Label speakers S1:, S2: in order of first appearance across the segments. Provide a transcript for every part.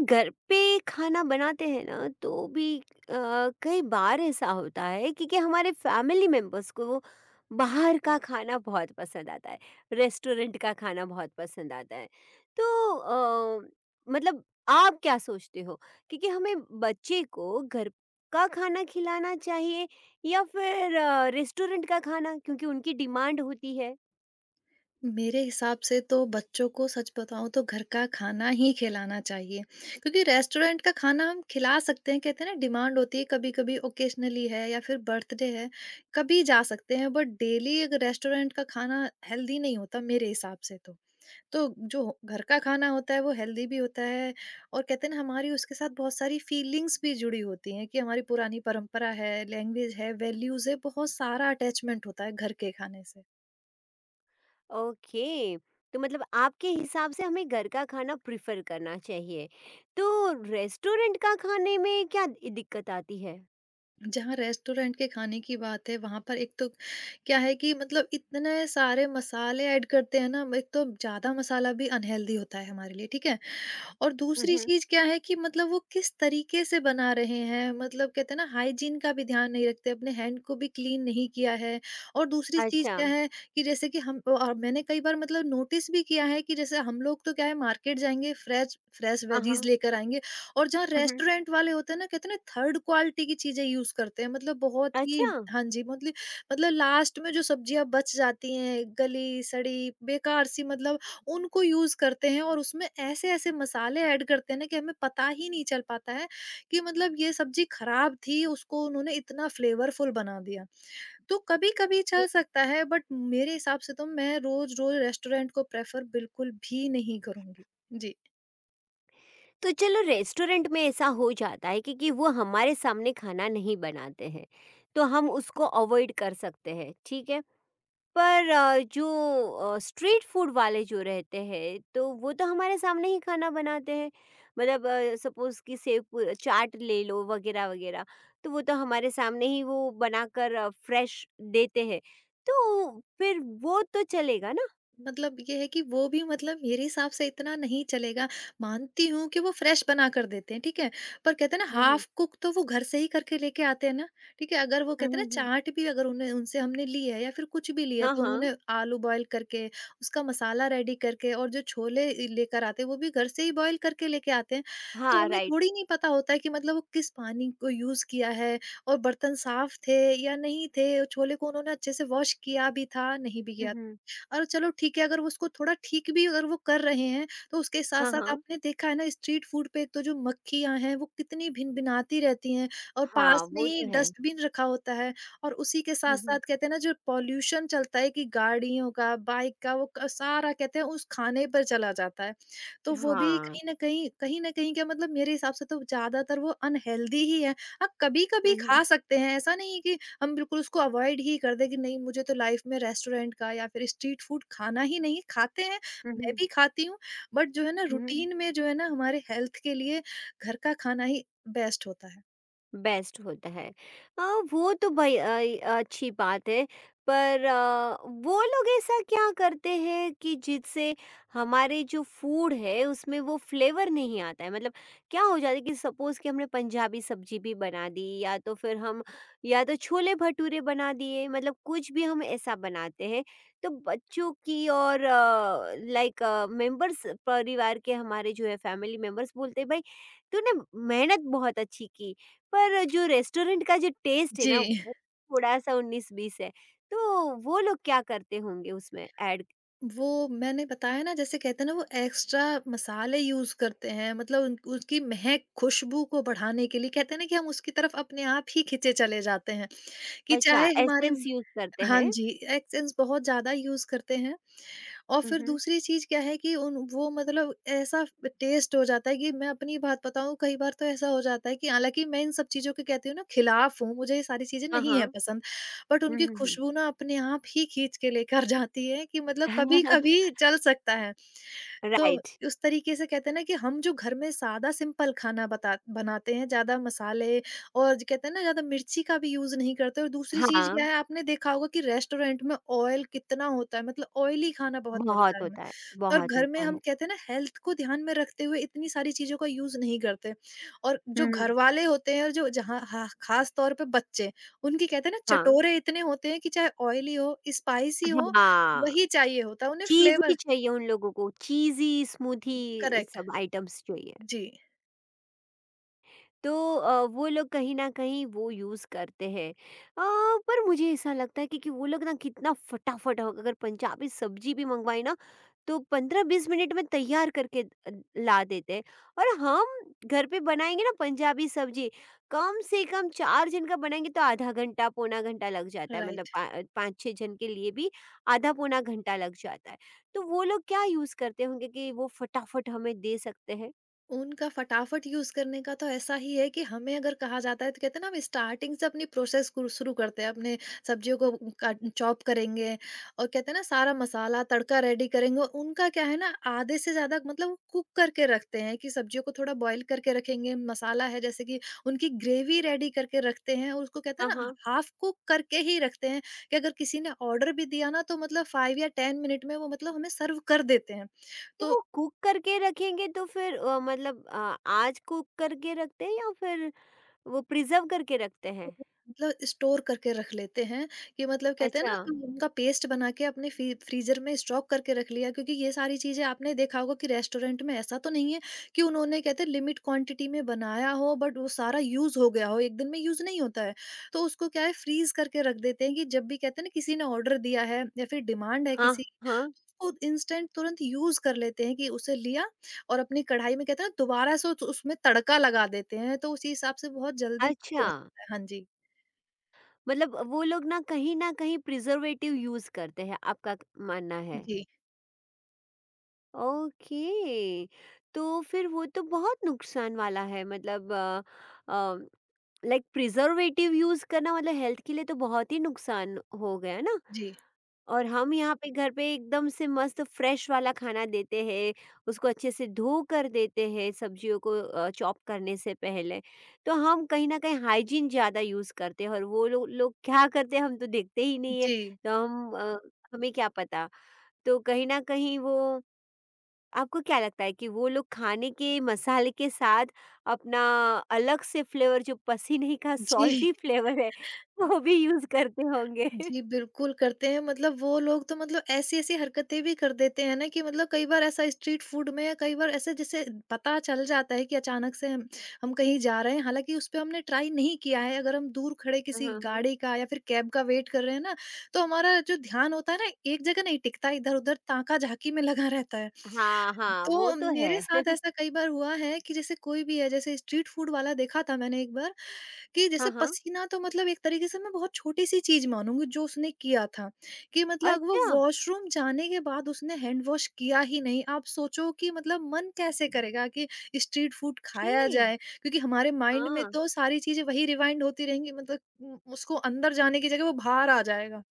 S1: घर पे खाना बनाते हैं ना तो भी कई बार ऐसा होता है कि हमारे फैमिली मेंबर्स को वो बाहर का खाना बहुत पसंद आता है। रेस्टोरेंट का खाना बहुत पसंद आता है। तो मतलब आप क्या सोचते हो, क्योंकि हमें बच्चे को घर का खाना खिलाना चाहिए या फिर रेस्टोरेंट का खाना, क्योंकि उनकी डिमांड होती है।
S2: मेरे हिसाब से तो बच्चों को सच बताऊँ तो घर का खाना ही खिलाना चाहिए, क्योंकि रेस्टोरेंट का खाना हम खिला सकते हैं, कहते हैं ना डिमांड होती है कभी-कभी, ओकेजनली है या फिर बर्थडे है, कभी जा सकते हैं, बट डेली अगर रेस्टोरेंट का खाना हेल्दी नहीं होता मेरे हिसाब से तो। तो जो घर का खाना होता है वो हेल्दी भी होता है, और कहते हैं ना हमारी उसके साथ बहुत सारी फीलिंग्स भी जुड़ी होती हैं कि हमारी पुरानी परंपरा है, लैंग्वेज है, वैल्यूज़ है, बहुत सारा अटैचमेंट होता है घर के खाने से।
S1: ओके, तो मतलब आपके हिसाब से हमें घर का खाना प्रिफर करना चाहिए। तो रेस्टोरेंट का खाने में क्या दिक्कत आती है?
S2: जहाँ रेस्टोरेंट के खाने की बात है वहाँ पर एक तो क्या है कि मतलब इतने सारे मसाले ऐड करते हैं ना, एक तो ज़्यादा मसाला भी अनहेल्दी होता है हमारे लिए, ठीक है। और दूसरी
S1: हम्म।
S2: चीज़ क्या है कि मतलब वो किस तरीके से बना रहे हैं, मतलब कहते हैं ना हाइजीन का भी ध्यान नहीं रखते, अपने हैंड को भी क्लीन नहीं किया है। और दूसरी चीज़
S1: अच्छा।
S2: क्या है कि जैसे कि हम, और मैंने कई बार मतलब नोटिस भी किया है कि जैसे हम लोग तो क्या है, मार्केट जाएंगे, फ्रेश फ्रेश
S1: हाँ
S2: वेजीज
S1: हाँ।
S2: लेकर आएंगे। और जहाँ
S1: हम्म।
S2: रेस्टोरेंट वाले होते हैं ना, कहते हैं ना थर्ड क्वालिटी की चीज़ें यूज़ करते हैं, मतलब बहुत ही।
S1: अच्छा।
S2: हाँ जी, मतलब लास्ट में जो सब्जियां बच जाती हैं, गली सड़ी बेकार सी, मतलब उनको यूज़ करते हैं, और उसमें ऐसे-ऐसे मसाले ऐड करते हैं ना कि हमें पता ही नहीं चल पाता है कि मतलब ये सब्ज़ी खराब थी, उसको उन्होंने इतना फ्लेवरफुल बना दिया। तो कभी-कभी चल सकता है, बट मेरे हिसाब से तो मैं रोज़-रोज़ रेस्टोरेंट को प्रेफ़र बिल्कुल भी नहीं करूँगी। जी।
S1: तो चलो, रेस्टोरेंट में ऐसा हो जाता है क्योंकि वो हमारे सामने खाना नहीं बनाते हैं, तो हम उसको अवॉइड कर सकते हैं, ठीक है। पर जो स्ट्रीट फूड वाले जो रहते हैं, तो वो तो हमारे सामने ही खाना बनाते हैं। मतलब सपोज कि सेव चाट ले लो वगैरह वगैरह, तो वो तो हमारे सामने ही वो बनाकर फ्रेश देते हैं। तो फिर वो तो चलेगा ना।
S2: मतलब ये है कि वो भी मतलब मेरे हिसाब से इतना नहीं चलेगा। मानती हूँ कि वो फ्रेश बना कर देते हैं, ठीक है? पर कहते हैं ना
S1: हम्म
S2: हाफ़ कुक तो वो घर से ही करके लेके आते हैं ना, ठीक है? अगर वो,
S1: हम्म
S2: कहते हैं
S1: हम्म
S2: ना,
S1: हम्म,
S2: चाट भी अगर उन्हें उनसे हमने ली है या फिर कुछ भी लिया है,
S1: हाँ
S2: तो
S1: हाँ।
S2: उन्होंने आलू बॉयल करके, उसका मसाला रेडी करके, और जो छोले इ लेकर आते हैं वो भी घर से ही बॉयल करके लेके आते हैं। तो
S1: हाँ
S2: हमें
S1: राइट।
S2: थोड़ी नहीं पता होता है कि मतलब वो किस पानी को यूज़ किया है और बर्तन साफ़ थे या नहीं थे। छोले को उन्होंने अच्छे से वॉश किया भी था, नहीं भी
S1: हम्म
S2: किया।
S1: हम्म,
S2: और चलो ठीक है, अगर वो उसको थोड़ा ठीक भी अगर वो कर रहे हैं, तो उसके साथ
S1: हाँ
S2: साथ,
S1: हाँ।
S2: आपने देखा है ना स्ट्रीट फूड पे, तो जो मक्खियां हैं वो कितनी भिन भिनाती रहती हैं, और
S1: हाँ
S2: पास में
S1: वो
S2: ही
S1: तो है।
S2: डस्टबिन रखा होता है। और उसी के साथ
S1: हम्म हम्म,
S2: साथ, कहते हैं ना, जो पॉल्यूशन चलता है, कि गाड़ियों का, बाइक का, वो सारा, कहते हैं, उस खाने पर चला जाता है। तो वो भी
S1: हाँ।
S2: कहीं ना कहीं क्या, मतलब मेरे हिसाब से तो ज्यादातर वो अनहेल्दी ही है। हाँ, कभी कभी
S1: हम्म।
S2: खा सकते हैं, ऐसा नहीं है कि हम बिल्कुल उसको अवॉइड ही कर दें, कि नहीं, मुझे तो लाइफ में रेस्टोरेंट का या फिर स्ट्रीट फूड खाना ही नहीं है। खाते हैं, मैं
S1: हम्म
S2: भी खाती हूँ, बट जो है ना
S1: हम्म,
S2: रूटीन में, जो है ना हमारे हेल्थ के लिए, घर का खाना ही बेस्ट होता है।
S1: बेस्ट होता है। वो तो भई अइ अच्छी बात है, पर वो लोग ऐसा क्या करते हैं कि जिससे हमारे जो फूड है, उसमें वो फ्लेवर नहीं आता है? मतलब क्या हो जाता है कि सपोज़ कि हमने पंजाबी सब्ज़ी भी बना दी या तो फिर हम या तो छोले-भटूरे बना दिए, मतलब कुछ भी हम ऐसा बनाते हैं, तो बच्चों की और लाइक मेंबर्स परिवार के हमारे जो है फैमिली मेंबर्स बोलते हैं, "भई, तूने मेहनत बहुत अच्छी की। पर जो रेस्टोरेंट का जो टेस्ट है ना
S2: जी।
S1: वो थोड़ा-सा 19-20 है। तो वो लोग क्या करते होंगे उसमें ऐड?
S2: वो मैंने बताया ना, जैसे कहते हैं ना वो एक्स्ट्रा मसाले यूज़ करते हैं, मतलब उन उसकी महक, खुशबू को बढ़ाने के लिए, कहते हैं ना कि हम उसकी तरफ अपने आप ही खींचे चले जाते हैं, कि
S1: अच्छा,
S2: चाहे हमारे।
S1: एसेंस यूज़ करते
S2: हाँ
S1: हैं।
S2: जी, एसेंस बहुत ज़्यादा यूज़ करते हैं। और
S1: हुँ,
S2: फिर
S1: हुँ।
S2: दूसरी चीज़ क्या है कि उन वो, मतलब ऐसा टेस्ट हो जाता है कि, मैं अपनी बात बताऊँ, कई बार तो ऐसा हो जाता है कि हालाँकि मैं इन सब चीज़ों के, कहती हूँ ना, खिलाफ़ हूँ, मुझे ये सारी चीज़ें
S1: हाँ,
S2: नहीं है
S1: हाँ।
S2: पसंद, बट
S1: हुँ,
S2: उनकी
S1: हुँ, हुँ।
S2: खुशबू ना अपने आप ही खींच के लेकर जाती है, कि मतलब कभी-कभी चल सकता है। तो
S1: राइट।
S2: उस तरीके से, कहते हैं ना, कि हम जो घर में सादा सिंपल खाना बता बनाते हैं, ज़्यादा मसाले और जो, कहते हैं ना, ज़्यादा मिर्ची का भी यूज़ नहीं करते। और दूसरी चीज़ क्या
S1: हाँ,
S2: है, आपने देखा होगा कि रेस्टोरेंट में ऑयल कितना होता है, मतलब ऑयली खाना बहुत मिलता
S1: बहुत
S2: है हमें,
S1: होता है,
S2: और
S1: बहुत
S2: घर में
S1: होता है।
S2: हम, कहते हैं ना, हेल्थ को ध्यान में रखते हुए इतनी सारी चीज़ों का यूज़ नहीं करते। और
S1: हुँ,
S2: जो
S1: हुँ।
S2: घर वाले होते हैं, और जो जहाँ खास तौर पे बच्चे, उनके, कहते हैं ना,
S1: हाँ,
S2: चटोरे इतने होते हैं कि चाहे ऑयली हो, स्पाइसी हो,
S1: हाँ।
S2: वही चाहिए होता है उन्हें,
S1: चीज़ी
S2: फ्लेवर।
S1: चाहिए उन लोगों को, चीज़ी स्मूथी
S2: करेक्ट।
S1: सब आइटम्स चाहिए।
S2: जी।
S1: तो वो लोग कहीं न कहीं वो यूज़ करते हैं। पर मुझे ऐसा लगता है क्योंकि वो लोग ना कितना फटाफट, अगर पंजाबी सब्ज़ी भी मँगवाई ना, तो 15-20 मिनट में तैयार करके ला देते हैं, और हम घर पे बनाएँगे ना पंजाबी सब्ज़ी, कम से कम 4 जन का बनाएँगे तो आधा घंटा, पौना घंटा लग जाता है। मतलब
S2: राइट।
S1: पा 5-6 जन के लिए भी आधा पौना घंटा लग जाता है। तो वो लोग क्या यूज़ करते होंगे कि वो फटाफट हमें दे सकते हैं?
S2: उनका फटाफट यूज करने का तो ऐसा ही है कि हमें अगर कहा जाता है, तो कहते हैं ना हम स्टार्टिंग से अपनी प्रोसेस शुरू करते हैं, अपने सब्जियों को चॉप करेंगे, और कहते हैं ना सारा मसाला तड़का रेडी करेंगे। और उनका क्या है ना, आधे से ज्यादा मतलब कुक करके रखते हैं, कि सब्जियों को थोड़ा बॉईल करके रखेंगे, मसाला है जैसे कि उनकी ग्रेवी रेडी करके रखते हैं, और उसको कहते
S1: हाँ,
S2: हैं ना
S1: हाँ।
S2: हाफ कुक करके ही रखते हैं, कि अगर किसी ने ऑर्डर भी दिया ना, तो मतलब फाइव या टेन मिनट में वो मतलब हमें सर्व कर देते हैं।
S1: तो
S2: तो
S1: वो कुक करके रखेंगे तो फिर मतलब आज कुक करके रखते हैं या फिर वो प्रिजर्व करके रखते हैं?
S2: मतलब स्टोर करके रख लेते हैं, कि मतलब कहते हैं
S1: अच्छा।
S2: ना कि उनका पेस्ट बना के अपने फ्रीजर में स्टॉक करके रख लिया, क्योंकि ये सारी चीजें आपने देखा होगा कि रेस्टोरेंट में ऐसा तो नहीं है कि उन्होंने, कहते हैं, लिमिट क्वांटिटी में बनाया हो, बट वो सारा यूज हो गया हो, एक दिन में यूज नहीं होता है। तो उसको क्या है, फ्रीज करके रख देते हैं, कि जब भी, कहते हैं ना, किसी ने ऑर्डर दिया है या फिर डिमांड है
S1: हाँ,
S2: किसी की,
S1: हाँ।
S2: उसको इंस्टेंट तुरंत यूज कर लेते हैं, कि उसे लिया और अपनी कढ़ाई में, कहते हैं ना, दोबारा से उसमें तड़का लगा देते हैं, तो उसी हिसाब से बहुत जल्दी
S1: अच्छा,
S2: cook हो जाता है। हाँ जी।
S1: मतलब वो लोग ना कहीं न कहीं प्रिजर्वेटिव यूज़ करते हैं, आपका क मानना है।
S2: जी,
S1: ओके, तो फिर वो तो बहुत नुकसान वाला है, मतलब अ, लाइक प्रिजर्वेटिव यूज़ करना मतलब हेल्थ के लिए तो बहुत ही नुकसान हो गया ना?
S2: जी,
S1: और हम यहाँ पे घर पे एकदम से मस्त फ्रेश वाला खाना देते हैं, उसको अच्छे से धो कर देते हैं, सब्जियों को चॉप करने से पहले। तो हम कहीं ना कहीं हाइजीन ज़्यादा यूज़ करते हैं और वो लोग लोग क्या करते हैं हम तो देखते ही नहीं है।
S2: जी,
S1: तो हम हमें क्या पता। तो कहीं ना कहीं वो आपको क्या लगता है कि वो लोग खाने के मसाले के साथ अपना अलग से फ्लेवर, जो पसीने का
S2: जी,
S1: सॉल्टी फ्लेवर है, वो भी यूज़ करते होंगे
S2: जी, बिल्कुल करते हैं, मतलब वो लोग तो मतलब ऐसी-ऐसी हरकतें भी कर देते हैं ना, कि मतलब कई बार ऐसा स्ट्रीट फूड में, कई बार ऐसे जैसे पता चल जाता है, कि अचानक से हम कहीं जा रहे हैं, हालाँकि उसपे हमने ट्राई नहीं किया है, अगर हम दूर खड़े
S1: हाँ
S2: किसी
S1: हाँ।
S2: गाड़ी का या फिर कैब का वेट कर रहे हैं ना, तो हमारा जो ध्यान होता है ना, एक जगह नहीं टिकता, इधर-उधर ताका-झाकी में लगा रहता है।
S1: हाँ, हाँ, वो
S2: तो
S1: तो है।
S2: मेरे साथ ऐसा कई बार हुआ है, कि जैसे कोई भी है, जैसे स्ट्रीट फूड वाला देखा था मैंने एक बार, कि
S1: हाँ,
S2: जैसे
S1: हाँ।
S2: पसीना, तो मतलब एक तरीके से मैं बहुत छोटी-सी चीज़ मानूँगी जो उसने किया था, कि मतलब वो
S1: अच्छा!
S2: वॉशरूम जाने के बाद उसने हैंड वॉश किया ही नहीं। आप सोचो कि मतलब मन कैसे करेगा कि स्ट्रीट फूड खाया
S1: छी!
S2: जाए? क्योंकि हमारे माइंड में
S1: हाँ,
S2: तो सारी चीज़ें वही रिवाइंड होती रहेंगी, मतलब उसको अंदर जाने की जगह वो बाहर आ जाएगा।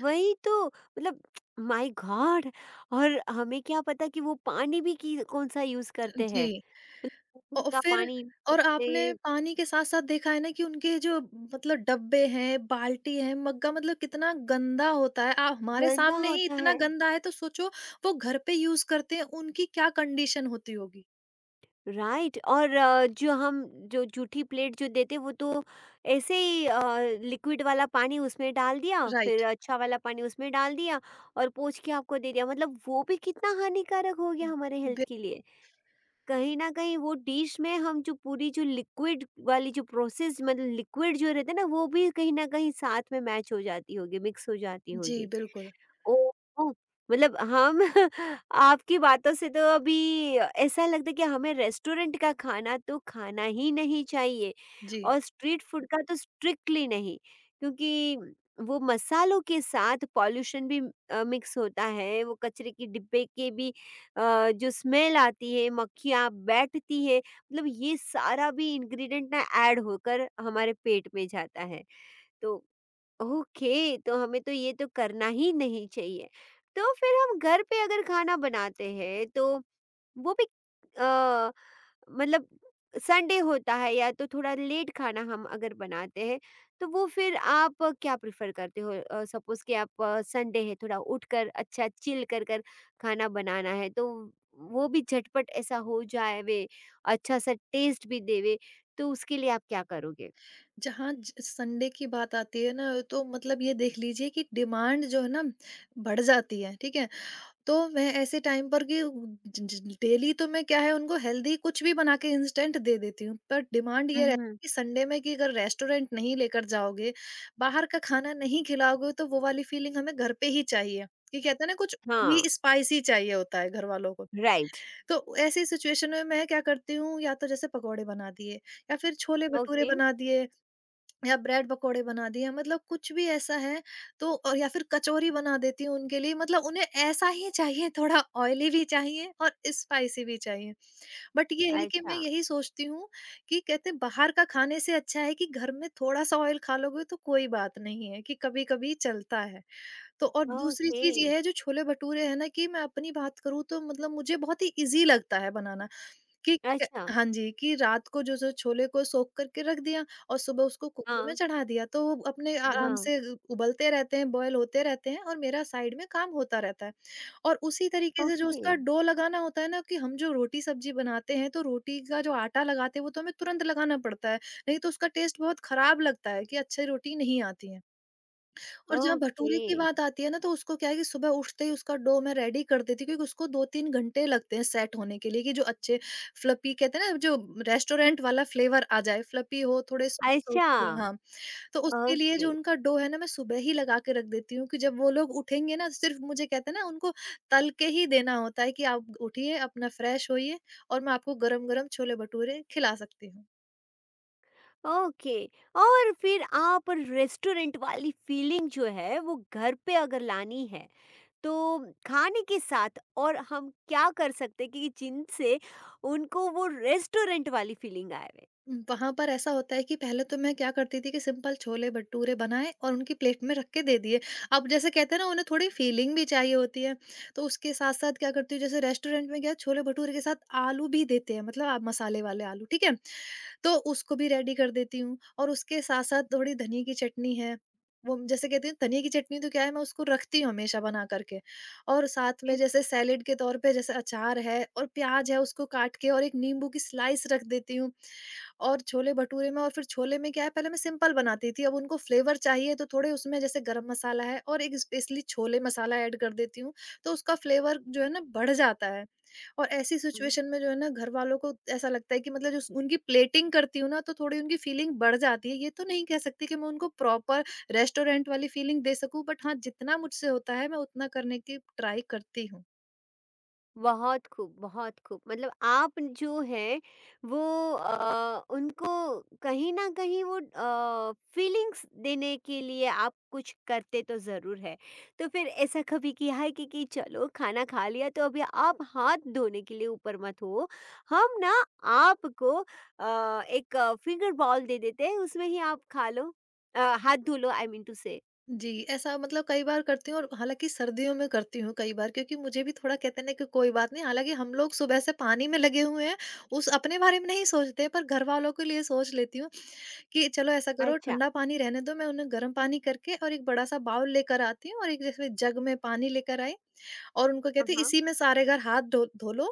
S1: वही तो मतलब माय गॉड! और हमें क्या पता कि वो पानी भी कि कौन-सा यूज़ करते
S2: जी।
S1: हैं। कुकिंग
S2: औ
S1: का
S2: फिर,
S1: पानी यूज़
S2: और
S1: करते,
S2: आपने पानी के साथ-साथ देखा है ना कि उनके जो, मतलब डब्बे हैं, बाल्टी है, मग्गा, मतलब कितना गंदा होता है। आ हमारे
S1: गंदा
S2: सामने ही
S1: होता
S2: इतना
S1: है।
S2: गंदा है, तो सोचो वो घर पे यूज़ करते हैं, उनकी क्या कंडीशन होती होगी।
S1: राइट। और जो हम जो जूठी प्लेट जो देते हैं वो तो ऐसे ही लिक्विड वाला पानी उसमें डाल दिया, फिर
S2: राइट।
S1: अच्छा वाला पानी उसमें डाल दिया और पोंछ के आपको दे दिया। मतलब वो भी कितना हानिकारक हो गया हमारे हेल्थ
S2: बि
S1: के लिए। कहीं न कहीं वो डिश में हम जो पूरी जो लिक्विड वाली जो प्रोसेस, मतलब लिक्विड जो रहता है ना, वो भी कहीं न कहीं साथ में मैच हो जाती होगी, मिक्स हो जाती
S2: जी,
S1: होगी।
S2: बिल्कुल।
S1: ओह! मतलब हम आपकी बातों से तो अभी ऐसा लगता है कि हमें रेस्टोरेंट का खाना तो खाना ही नहीं चाहिए
S2: जी।
S1: और स्ट्रीट फूड का तो स्ट्रिक्टली नहीं, क्योंकि वो मसालों के साथ पॉल्यूशन भी मिक्स होता है, वो कचरे के डिब्बे के भी जो स्मेल आती है, मक्खियाँ बैठती है, मतलब ये सारा भी इंग्रीडिएंट ना ऐड होकर हमारे पेट में जाता है, तो ओके, तो हमें तो ये तो करना ही नहीं चाहिए। तो फिर हम घर पे अगर खाना बनाते हैं तो वो भी अ, मतलब संडे होता है या तो थोड़ा लेट खाना हम अगर बनाते हैं तो वो फिर आप क्या प्रिफर करते हो? सपोज कि आप संडे है, थोड़ा उठकर अच्छा चिल कर कर खाना बनाना है, तो वो भी झटपट ऐसा हो जाए वे, अच्छा सा टेस्ट भी देवे, तो उसके लिए आप क्या करोगे?
S2: जहाँ ज संडे की बात आती है ना, तो मतलब ये देख लीजिए कि डिमांड जो है ना बढ़ जाती है, ठीक है? तो मैं ऐसे टाइम पर कि ज ज डेली तो मैं क्या है उनको हेल्दी कुछ भी बना के इंस्टेंट दे देती हूँ, पर डिमांड ये रहती
S1: हम्म।
S2: है कि संडे में कि अगर रेस्टोरेंट नहीं लेकर जाओगे, बाहर का खाना नहीं खिलाओगे तो वो वाली फीलिंग हमें घर पे ही चाहिए। कि कहते हैं ना कुछ भी
S1: हाँ।
S2: स्पाइसी चाहिए होता है घर वालों को।
S1: राइट।
S2: तो ऐसी सिचुएशन में मैं क्या करती हूँ, या तो जैसे पकौड़े बना दिए या फिर छोले भटूरे
S1: ओके।
S2: बना दिए। या ब्रेड पकोड़े बना दिए, मतलब कुछ भी ऐसा है। तो और या फिर कचौरी बना देती हूँ उनके लिए, मतलब उन्हें ऐसा ही चाहिए, थोड़ा ऑयली भी चाहिए और स्पाइसी भी चाहिए। बट ये है कि मैं
S1: अच्छा।
S2: यही सोचती हूँ कि कहते हैं बाहर का खाने से अच्छा है कि घर में थोड़ा सा ऑयल खा लोगे तो कोई बात नहीं है, कि कभी कभी चलता है। तो और दूसरी
S1: ओके।
S2: चीज ये है, जो छोले भटूरे है ना, कि मैं अपनी बात करूँ तो मतलब मुझे बहुत ही इजी लगता है बनाना। कि क
S1: अच्छा।
S2: हाँ जी, कि रात को जो जो छोले को सोख करके रख दिया और सुबह उसको कुकर में
S1: हाँ,
S2: चढ़ा दिया, तो वो अपने आराम
S1: हाँ।
S2: से उबलते रहते हैं, बॉयल होते रहते हैं और मेरा साइड में काम होता रहता है। और उसी तरीके से जो
S1: ओके।
S2: उसका डो लगाना होता है ना, कि हम जो रोटी-सब्जी बनाते हैं, तो रोटी का जो आटा लगाते हैं, वो तो हमें तुरंत लगाना पड़ता है, नहीं तो उसका टेस्ट बहुत खराब लगता है, कि अच्छी रोटी नहीं आती है। और जहाँ
S1: ओके।
S2: भटूरे की बात आती है ना, तो उसको क्या है कि सुबह उठते ही उसका डो मैं रेडी कर देती हूँ, क्योंकि उसको 2-3 घंटे लगते हैं सेट होने के लिए, कि जो अच्छे फ्लफी कहते हैं ना, जो रेस्टोरेंट वाला फ्लेवर आ जाए, फ्लफी हो, थोड़े
S1: अच्छा।
S2: सॉफ्ट-सॉफ्ट, हाँ। तो उसके लिए
S1: ओके।
S2: जो उनका डो है ना, मैं सुबह ही लगा के रख देती हूँ, कि जब वो लोग उठेंगे ना, सिर्फ़ मुझे कहते हैं ना, उनको तल के ही देना होता है, कि आप उठिए, अपना फ्रेश होइए और मैं आपको गरम-गरम छोले भटूरे खिला सकती हूँ।
S1: ओके। और फिर आप रेस्टोरेंट वाली फीलिंग जो है वो घर पे अगर लानी है, तो खाने के साथ और हम क्या कर सकते हैं कि जिनसे उनको वो रेस्टोरेंट वाली फीलिंग आवे?
S2: वहाँ पर ऐसा होता है कि पहले तो मैं क्या करती थी कि सिंपल छोले भटूरे बनाए और उनकी प्लेट में रख के दे दिए। अब जैसे कहते हैं ना उन्हें थोड़ी फीलिंग भी चाहिए होती है, तो उसके साथ-साथ क्या करती हूँ, जैसे रेस्टोरेंट में क्या छोले भटूरे के साथ आलू भी देते हैं, मतलब आप मसाले वाले आलू, ठीक है? तो उसको भी रेडी कर देती हूँ, और उसके साथ-साथ थोड़ी धनिये की चटनी है, वो जैसे कहती हूँ धनिये की चटनी तो क्या है, मैं उसको रखती हूँ हमेशा बना कर के। और साथ में जैसे सैलेड के तौर पे जैसे अचार है और प्याज है उसको काट के, और एक नींबू की स्लाइस रख देती हूँ। और छोले-भटूरे में, और फिर छोले में क्या है, पहले मैं सिंपल बनाती थी, अब उनको फ्लेवर चाहिए तो थोड़े उसमें जैसे गरम मसाला है और एक स्पेशली छोले मसाला ऐड कर देती हूँ, तो उसका फ्लेवर जो है ना बढ़ जाता है। और ऐसी सिचुएशन में जो है ना, घरवालों को ऐसा लगता है कि मतलब जो उनकी प्लेटिंग करती हूँ ना, तो थोड़ी उनकी फीलिंग बढ़ जाती है। ये तो नहीं कह सकती कि मैं उनको प्रॉपर रेस्टोरेंट वाली फीलिंग दे सकूँ, बट हाँ, जितना मुझसे होता है मैं उतना करने की ट्राई करती हूँ।
S1: बहुत खूब, बहुत खूब। मतलब आप जो है वो उनको कहीं न कहीं वो फीलिंग्स देने के लिए आप कुछ करते तो ज़रूर हैं। तो फिर ऐसा कभी किया है कि चलो खाना खा लिया तो अभी आप हाथ धोने के लिए ऊपर मत हो। हम ना आपको एक फिंगर बाउल दे देते हैं, उसमें ही आप खा लो, हाथ धो लो, आई मीन टू से।
S2: जी, ऐसा मतलब कई बार करती हूँ, और हालाँकि सर्दियों में करती हूँ कई बार, क्योंकि मुझे भी थोड़ा कहते हैं ना कि कोई बात नहीं, हालाँकि हम लोग सुबह से पानी में लगे हुए हैं, उस अपने बारे में नहीं सोचते, पर घर वालों के लिए सोच लेती हूँ कि चलो ऐसा करो,
S1: अच्छा।
S2: ठंडा पानी रहने दो, मैं उन्हें गर्म पानी करके और एक बड़ा-सा बाउल लेकर आती हूँ, और एक जैसे जग में पानी लेकर आई और उनको
S1: हाँ,
S2: कहते
S1: हाँ।
S2: इसी में सारे घर हाथ धो धो लो।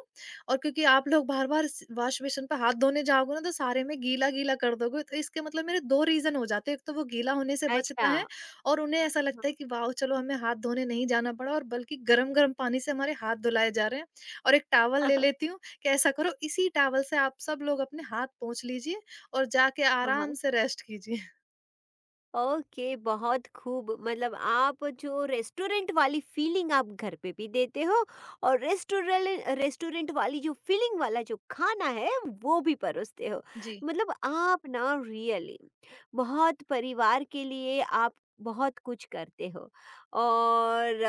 S2: और क्योंकि आप लोग बार-बार स वॉश बेसिन पे हाथ धोने जाओगे ना तो सारे में गीला-गीला कर दोगे। तो इसके मतलब मेरे 2 रीज़न हो जाते हैं, एक तो वो गीला होने से बचता
S1: अच्छा।
S2: है और उन्हें ऐसा
S1: हाँ,
S2: लगता है कि वाओ! चलो हमें हाथ धोने नहीं जाना पड़ा, और बल्कि गरम-गरम पानी से हमारे हाथ धुलाए जा रहे हैं। और एक टॉवल ले लेती हूँ कि ऐसा करो इसी टॉवल से आप सब लोग अपने हाथ पोंछ लीजिए और जाके आराम
S1: हाँ।
S2: से रेस्ट कीजिए।
S1: ओके, बहुत खूब। मतलब आप जो रेस्टोरेंट वाली फीलिंग आप घर पे भी देते हो और रेस्टोरेंट रेस्टोरेंट वाली जो फीलिंग वाला जो खाना है वो भी परोसते हो।
S2: जी।
S1: मतलब आप ना रियली बहुत परिवार के लिए आप बहुत कुछ करते हो, और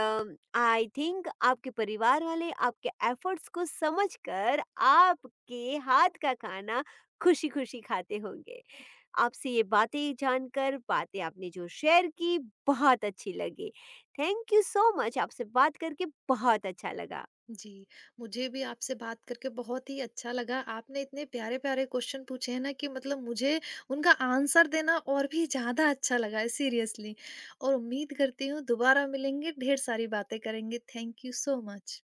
S1: आई थिंक आपके परिवार वाले आपके एफर्ट्स को समझकर आपके हाथ का खाना खुशी खुशी खाते होंगे। आपसे ये बातें जानकर, बातें आपने जो शेयर की, बहुत अच्छी लगी। थैंक यू सो मच, आपसे बात करके बहुत अच्छा लगा।
S2: जी, मुझे भी आपसे बात करके बहुत ही अच्छा लगा। आपने इतने प्यारे-प्यारे क्वेश्चन पूछे हैं ना, कि मतलब मुझे उनका आंसर देना और भी ज़्यादा अच्छा लगा है, सीरियसली। और उम्मीद करती हूँ दोबारा मिलेंगे, ढेर सारी बातें करेंगे। Thank you so much.